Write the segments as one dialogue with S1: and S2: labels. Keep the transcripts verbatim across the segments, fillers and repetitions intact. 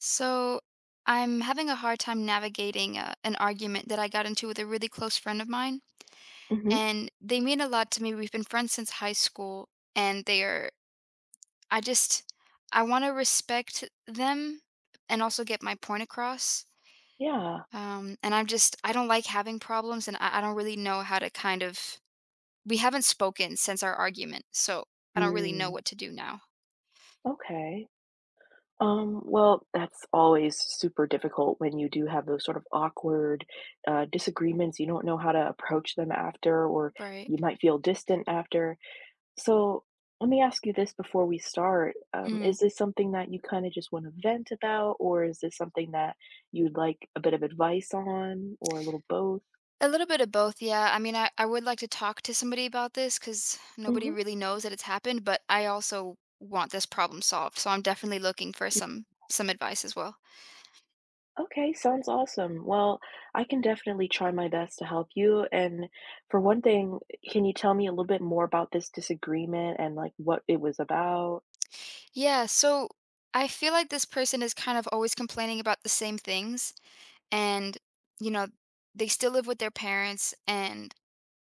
S1: So I'm having a hard time navigating uh, an argument that I got into with a really close friend of mine.
S2: Mhm.
S1: And they mean a lot to me. We've been friends since high school. And they are, I just, I want to respect them and also get my point across.
S2: Yeah.
S1: Um, and I'm just, I don't like having problems. And I, I don't really know how to kind of, we haven't spoken since our argument. So I don't really know
S2: Mm,
S1: what to do now.
S2: okay. Um, well, that's always super difficult when you do have those sort of awkward uh, disagreements. You don't know how to approach them after, or
S1: Right.
S2: you might feel distant after. So, let me ask you this before we start. Um, is this something that you kind of just want to vent about, or is this something that you'd like a bit of advice on, or a little both?
S1: A little bit of both, yeah. I mean, I, I would like to talk to somebody about this because nobody
S2: Hmm.
S1: really knows that it's happened, but I also want this problem solved. So I'm definitely looking for some some advice as well.
S2: Okay, sounds awesome. Well, I can definitely try my best to help you. And for one thing, can you tell me a little bit more about this disagreement and like what it was about?
S1: Yeah, so I feel like this person is kind of always complaining about the same things and you know, they still live with their parents and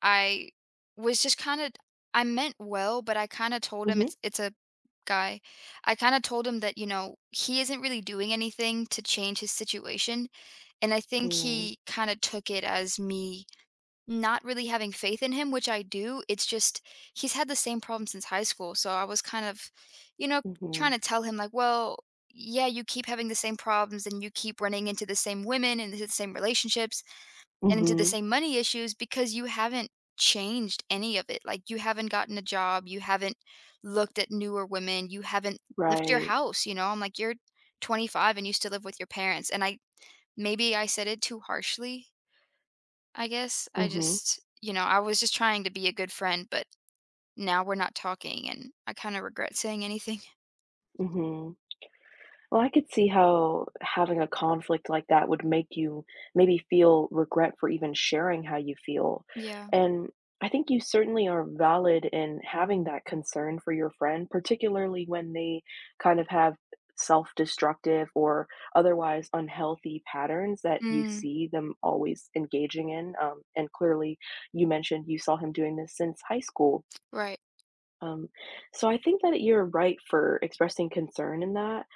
S1: I was just kind of I meant well, but I kind of told him
S2: Mm-hmm.
S1: it's it's a guy. I kind of told him that, you know, he isn't really doing anything to change his situation. And I think he kind of took it as me not really having faith in him, which I do. It's just he's had the same problem since high school. So I was kind of, you know,
S2: Mm-hmm.
S1: trying to tell him, like, well, yeah, you keep having the same problems and you keep running into the same women and into the same relationships and into the
S2: Mm-hmm.
S1: same money issues because you haven't changed any of it. Like, you haven't gotten a job, you haven't looked at newer women, you haven't left your
S2: Right.
S1: house. You know, I'm like, you're twenty-five and you still live with your parents. And I Maybe I said it too harshly, I guess. I
S2: Mm-hmm.
S1: just, you know, I was just trying to be a good friend, but now we're not talking and I kind of regret saying anything.
S2: Mm-hmm. Well, I could see how having a conflict like that would make you maybe feel regret for even sharing how you feel.
S1: Yeah.
S2: And I think you certainly are valid in having that concern for your friend, particularly when they kind of have self destructive or otherwise unhealthy patterns that you
S1: Mm,
S2: see them always engaging in. Um, and clearly, you mentioned you saw him doing this since high school.
S1: right.
S2: Um, so I think that you're right for expressing concern in that.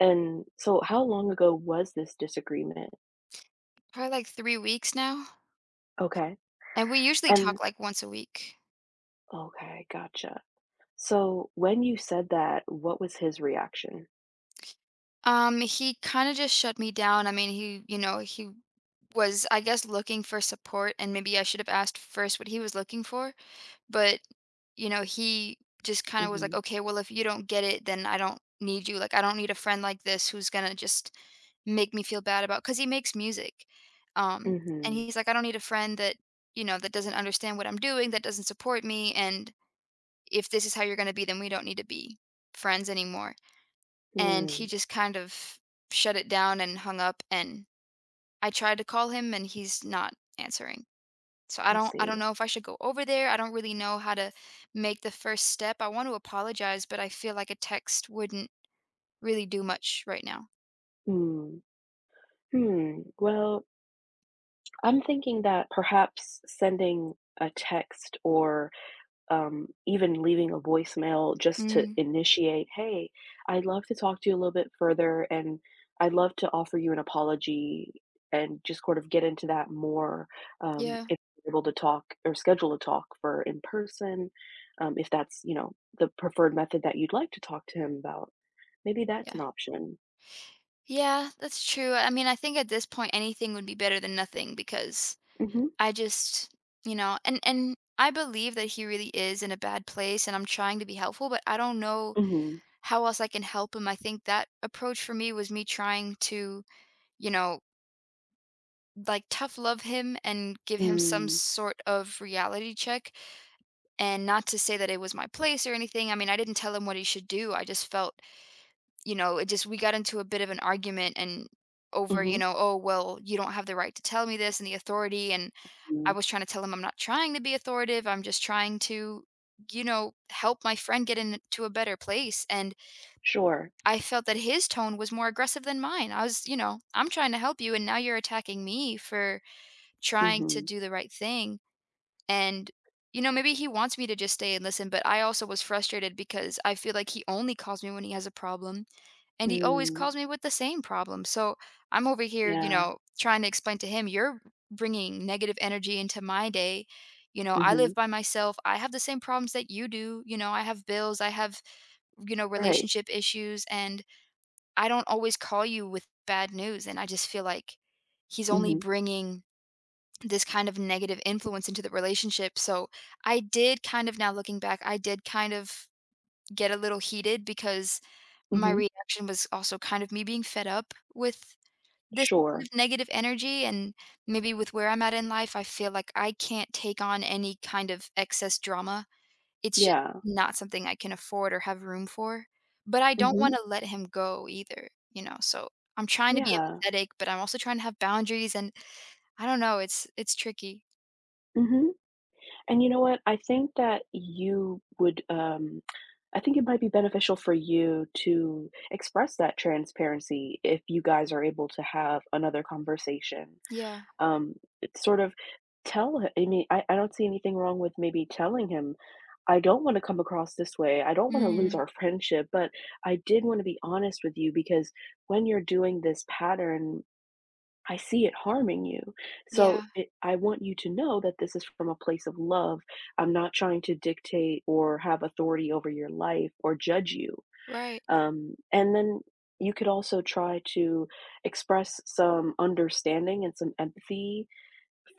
S2: And so how long ago was this disagreement?
S1: Probably like three weeks now.
S2: Okay.
S1: And we usually
S2: And
S1: talk like once a week.
S2: okay, gotcha. So when you said that, what was his reaction?
S1: Um, he kind of just shut me down. I mean, he, you know, he was, I guess, looking for support, and maybe I should have asked first what he was looking for. But you know, he just kind of was like,
S2: Mhm.
S1: okay, well, if you don't get it, then I don't need you. Like, I don't need a friend like this who's going to just make me feel bad about because he makes music. Um, and
S2: Mhm.
S1: he's like, I don't need a friend that, you know, that doesn't understand what I'm doing, that doesn't support me. And if this is how you're going to be, then we don't need to be friends anymore. And he
S2: Hmm,
S1: just kind of shut it down and hung up. And I tried to call him and he's not answering. So I
S2: I
S1: don't I don't
S2: see.
S1: know if I should go over there. I don't really know how to make the first step. I want to apologize, but I feel like a text wouldn't really do much right now.
S2: Hmm. Hmm. Well, I'm thinking that perhaps sending a text or um, even leaving a voicemail just to
S1: Mm,
S2: initiate, hey, I'd love to talk to you a little bit further and I'd love to offer you an apology and just sort of get into that more um,
S1: yeah,
S2: if you're able to talk or schedule a talk for in person, um, if that's, you know, the preferred method that you'd like to talk to him about. Maybe that's
S1: yeah.
S2: an option.
S1: Yeah, that's true. I mean, I think at this point anything would be better than nothing because
S2: Mm-hmm.
S1: I just, you know, and and I believe that he really is in a bad place and I'm trying to be helpful, but I don't know
S2: Mm-hmm.
S1: how else I can help him. I think that approach for me was me trying to, you know, like tough love him and give him some
S2: Mm,
S1: sort of reality check and not to say that it was my place or anything. I mean, I didn't tell him what he should do. I just felt, you know, it just we got into a bit of an argument and over, you
S2: mm-hmm.
S1: know, oh well, you don't have the right to tell me this and the authority. And I
S2: Mm,
S1: was trying to tell him I'm not trying to be authoritative. I'm just trying to, you know, help my friend get into a better place. And
S2: sure.
S1: I felt that his tone was more aggressive than mine. I was, you know, I'm trying to help you and now you're attacking me for trying to
S2: Mm-hmm.
S1: do the right thing. And, you know, maybe he wants me to just stay and listen, but I also was frustrated because I feel like he only calls me when he has a problem and he always
S2: Mm,
S1: calls me with the same problem. So I'm over here, you
S2: yeah.
S1: know, trying to explain to him, you're bringing negative energy into my day. You know, I
S2: Mm-hmm.
S1: live by myself. I have the same problems that you do. You know, I have bills, I have, you know,
S2: Right.
S1: relationship issues, and I don't always call you with bad news. And I just feel like he's only
S2: Mm-hmm.
S1: bringing this kind of negative influence into the relationship. So I did kind of, now looking back, I did kind of get a little heated because my
S2: Mm-hmm.
S1: reaction was also kind of me being fed up with this kind
S2: Sure.
S1: of negative energy and maybe with where I'm at in life, I feel like I can't take on any kind of excess drama. It's just
S2: Yeah.
S1: not something I can afford or have room for. But I don't
S2: Mhm.
S1: want to let him go either, you know. So I'm trying to be
S2: Yeah.
S1: empathetic, but I'm also trying to have boundaries and I don't know, it's it's tricky.
S2: Mhm. And you know what? I think that you would, um, I think it might be beneficial for you to express that transparency if you guys are able to have another conversation.
S1: Yeah.
S2: Um, it's sort of tell h- I mean, I, I don't see anything wrong with maybe telling him, I don't want to come across this way. I don't want to lose
S1: Mm,
S2: our friendship, but I did want to be honest with you because when you're doing this pattern I see it harming you. So
S1: yeah,
S2: it, I want you to know that this is from a place of love. I'm not trying to dictate or have authority over your life or judge you.
S1: right.
S2: Um, and then you could also try to express some understanding and some empathy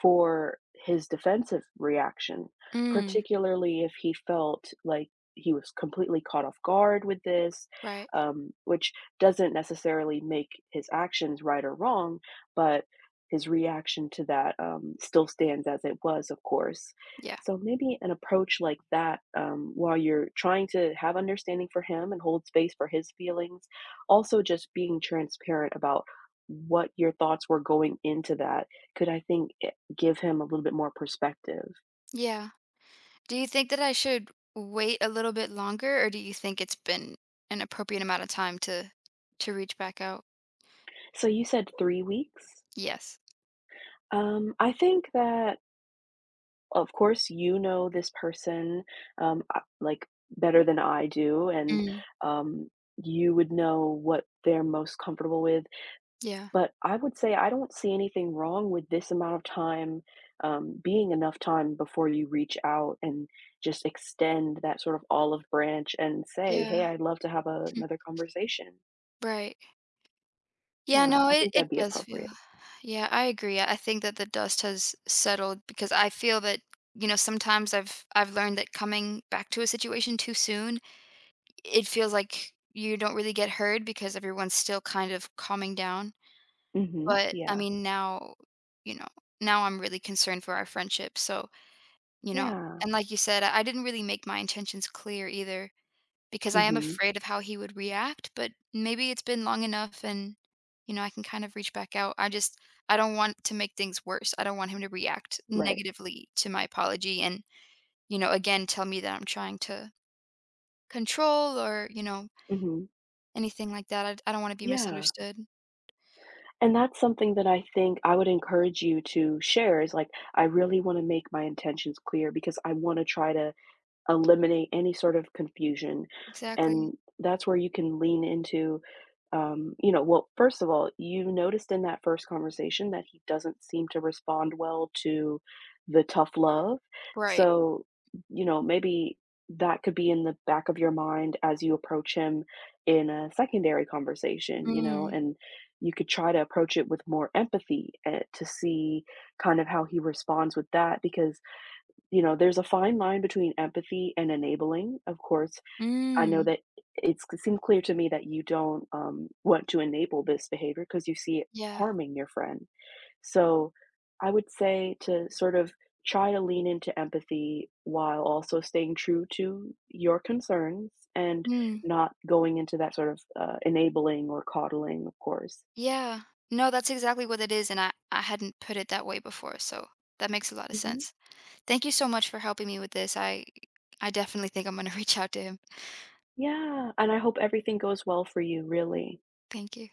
S2: for his defensive reaction,
S1: Mm,
S2: particularly if he felt like he was completely caught off guard with this,
S1: right.
S2: um, which doesn't necessarily make his actions right or wrong, but his reaction to that um, still stands as it was, of course.
S1: Yeah.
S2: So maybe an approach like that, um, while you're trying to have understanding for him and hold space for his feelings, also just being transparent about what your thoughts were going into that could I think give him a little bit more perspective.
S1: Yeah. Do you think that I should wait a little bit longer, or do you think it's been an appropriate amount of time to to reach back out?
S2: So you said three weeks?
S1: Yes.
S2: Um, I think that, of course, you know this person, um, uh, like, better than I do, and,
S1: Mm,
S2: um, you would know what they're most comfortable with.
S1: yeah.
S2: But I would say I don't see anything wrong with this amount of time, um, being enough time before you reach out and just extend that sort of olive branch and say,
S1: Yeah.
S2: "Hey, I'd love to have a
S1: Mm,
S2: another conversation."
S1: right. Yeah,
S2: Yeah,
S1: no,
S2: I
S1: it,
S2: think that'd
S1: it
S2: be
S1: does feel.
S2: appropriate.
S1: Yeah, I agree. I think that the dust has settled because I feel that, you know, sometimes I've I've learned that coming back to a situation too soon, it feels like you don't really get heard because everyone's still kind of calming down.
S2: Mhm.
S1: But, I
S2: Yeah.
S1: mean, now, you know, now I'm really concerned for our friendship, so, you know,
S2: Yeah.
S1: and like you said, I I didn't really make my intentions clear either because I am
S2: Mhm.
S1: afraid of how he would react, but maybe it's been long enough and, you know, I can kind of reach back out. I just I don't want to make things worse. I don't want him to react
S2: Right.
S1: negatively to my apology and, you know, again, tell me that I'm trying to control or, you know,
S2: Mhm.
S1: anything like that. I I don't wanna be
S2: Yeah.
S1: misunderstood.
S2: And that's something that I think I would encourage you to share is like, I really want to make my intentions clear because I want to try to eliminate any sort of confusion,
S1: Exactly.
S2: and that's where you can lean into, um, you know well, first of all, you noticed in that first conversation that he doesn't seem to respond well to the tough love.
S1: Right.
S2: So, you know, maybe that could be in the back of your mind as you approach him in a secondary conversation, you know,
S1: Mm.
S2: and you could try to approach it with more empathy uh, to see kind of how he responds with that because you know, there's a fine line between empathy and enabling. Of course, I know
S1: Mm.
S2: that it's it seemed clear to me that you don't um, want to enable this behavior because you see it
S1: Yeah.
S2: harming your friend. So I would say to sort of try to lean into empathy while also staying true to your concerns and
S1: Mm,
S2: not going into that sort of uh, enabling or coddling, of course.
S1: yeah. No, that's exactly what it is, and I, I hadn't put it that way before, so that makes a lot of
S2: Hmm.
S1: sense. Thank you so much for helping me with this. I I definitely think I'm gonna reach out to him.
S2: Yeah. And I hope everything goes well for you, really.
S1: Thank you.